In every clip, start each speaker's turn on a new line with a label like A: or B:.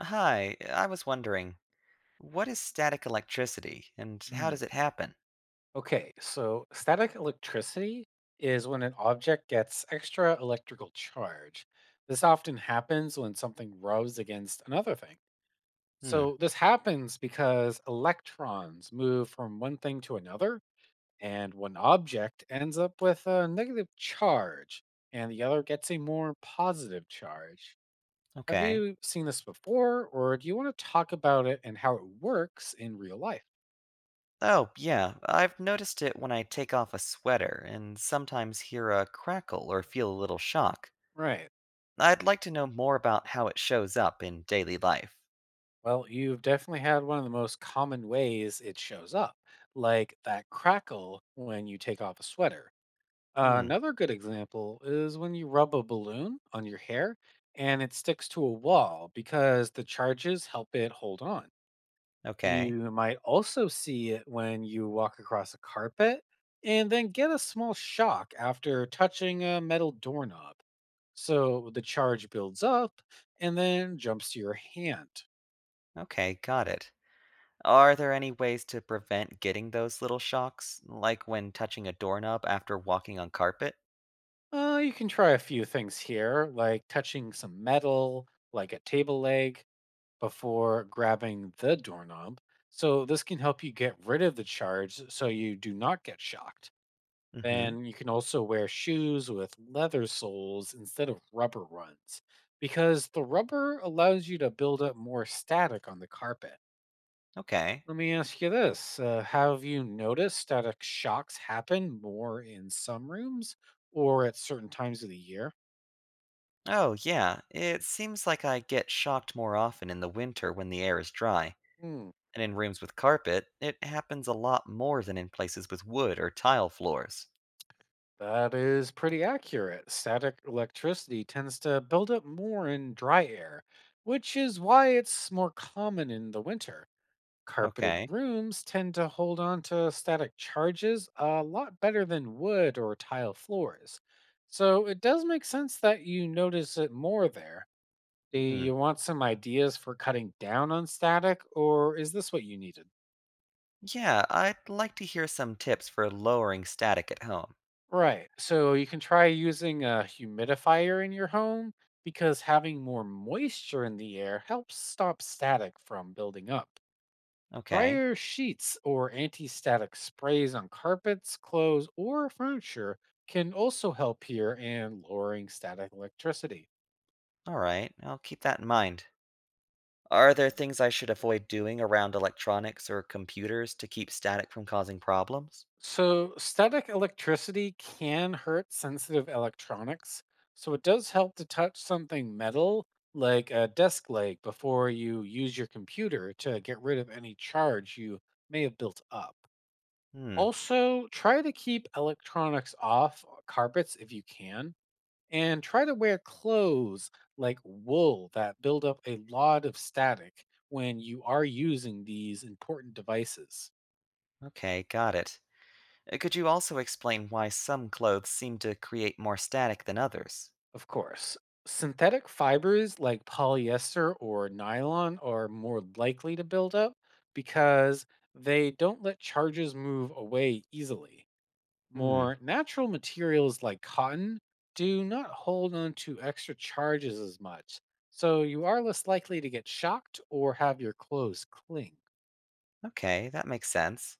A: Hi, I was wondering, what is static electricity and how does
B: Mm.
A: it happen?
B: Okay, so static electricity is when an object gets extra electrical charge. This often happens when something rubs against another thing.
A: Hmm,
B: So, this happens because electrons move from one thing to another, and one object ends up with a negative charge, and the other gets a more positive charge. Have
A: okay.
B: you seen this before, or do you want to talk about it and how it works in real life?
A: Oh, yeah, I've noticed it when I take off a sweater and sometimes hear a crackle or feel a little shock.
B: Right.
A: I'd like to know more about how it shows up in daily life.
B: Well, you've definitely had one of the most common ways it shows up, like that crackle when you take off a sweater.
A: Hmm,
B: Another good example is when you rub a balloon on your hair and it sticks to a wall because the charges help it hold on.
A: okay.
B: You might also see it when you walk across a carpet and then get a small shock after touching a metal doorknob. So the charge builds up and then jumps to your hand.
A: Okay, got it. Are there any ways to prevent getting those little shocks, like when touching a doorknob after walking on carpet?
B: You can try a few things here, like touching some metal, like a table leg, before grabbing the doorknob. So, this can help you get rid of the charge so you do not get shocked.
A: Mm hmm,
B: Then, you can also wear shoes with leather soles instead of rubber ones, because the rubber allows you to build up more static on the carpet.
A: okay.
B: Let me ask you this. Have you noticed static shocks happen more in some rooms or at certain times of the year?
A: Oh, yeah. It seems like I get shocked more often in the winter when the air is dry,
B: Hmm.
A: and in rooms with carpet, it happens a lot more than in places with wood or tile floors.
B: That is pretty accurate. Static electricity tends to build up more in dry air, which is why it's more common in the winter. Carpeted
A: Okay.
B: rooms tend to hold on to static charges a lot better than wood or tile floors. So it does make sense that you notice it more there. Do
A: Hmm.
B: you want some ideas for cutting down on static, or is this what you needed?
A: Yeah, I'd like to hear some tips for lowering static at home.
B: Right. So you can try using a humidifier in your home because having more moisture in the air helps stop static from building up.
A: Okay.
B: Dryer sheets or anti static sprays on carpets, clothes, or furniture can also help here in lowering static electricity.
A: All right, I'll keep that in mind. Are there things I should avoid doing around electronics or computers to keep static from causing problems?
B: So, static electricity can hurt sensitive electronics. So, it does help to touch something metal, like a desk leg, before you use your computer to get rid of any charge you may have built up.
A: Hmm.
B: Also, try to keep electronics off carpets if you can, and try to wear clothes like wool that build up a lot of static when you are using these important devices.
A: Okay, got it. Could you also explain why some clothes seem to create more static than others?
B: Of course. Synthetic fibers like polyester or nylon are more likely to build up because they don't let charges move away easily.
A: Hmm,
B: More natural materials like cotton do not hold on to extra charges as much, so you are less likely to get shocked or have your clothes cling.
A: okay, that makes sense.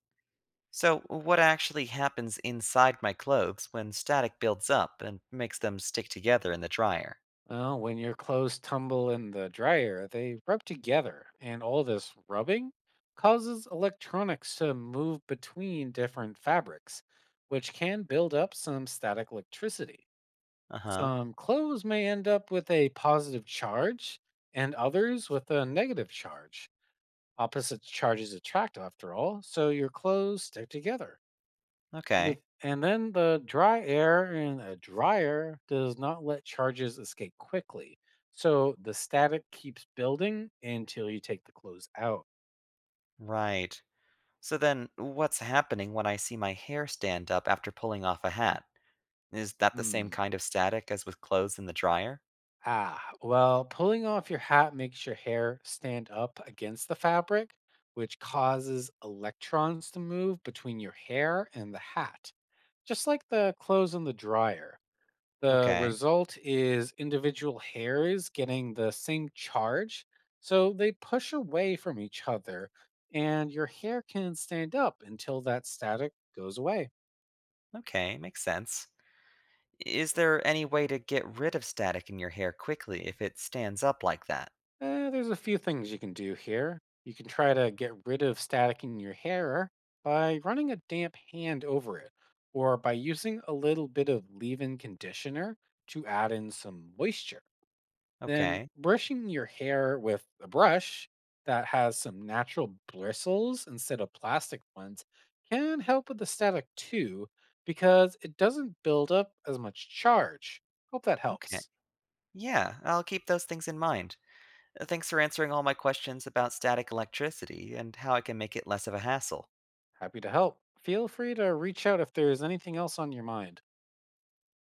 A: So, what actually happens inside my clothes when static builds up and makes them stick together in the dryer?
B: Well, when your clothes tumble in the dryer, they rub together, and all this rubbing causes electronics to move between different fabrics, which can build up some static electricity.
A: Uh huh,
B: Some clothes may end up with a positive charge, and others with a negative charge. Opposite charges attract, after all, so your clothes stick together. The
A: okay,
B: And then the dry air in a dryer does not let charges escape quickly. So the static keeps building until you take the clothes out.
A: right. So then what's happening when I see my hair stand up after pulling off a hat? Is that the same
B: Hmm.
A: kind of static as with clothes in the dryer?
B: Ah, well, pulling off your hat makes your hair stand up against the fabric, which causes electrons to move between your hair and the hat, just like the clothes in the dryer. The
A: Okay,
B: result is individual hairs getting the same charge, so they push away from each other, and your hair can stand up until that static goes away.
A: okay, makes sense. Is there any way to get rid of static in your hair quickly if it stands up like that?
B: There's a few things you can do here. You can try to get rid of static in your hair by running a damp hand over it, or by using a little bit of leave in conditioner to add in some moisture. Then
A: Okay.
B: brushing your hair with a brush that has some natural bristles instead of plastic ones can help with the static too because it doesn't build up as much charge. Hope that
A: Okay.
B: helps.
A: Yeah, I'll keep those things in mind. Thanks for answering all my questions about static electricity and how I can make it less of a hassle.
B: Happy to help. Feel free to reach out if there's anything else on your mind.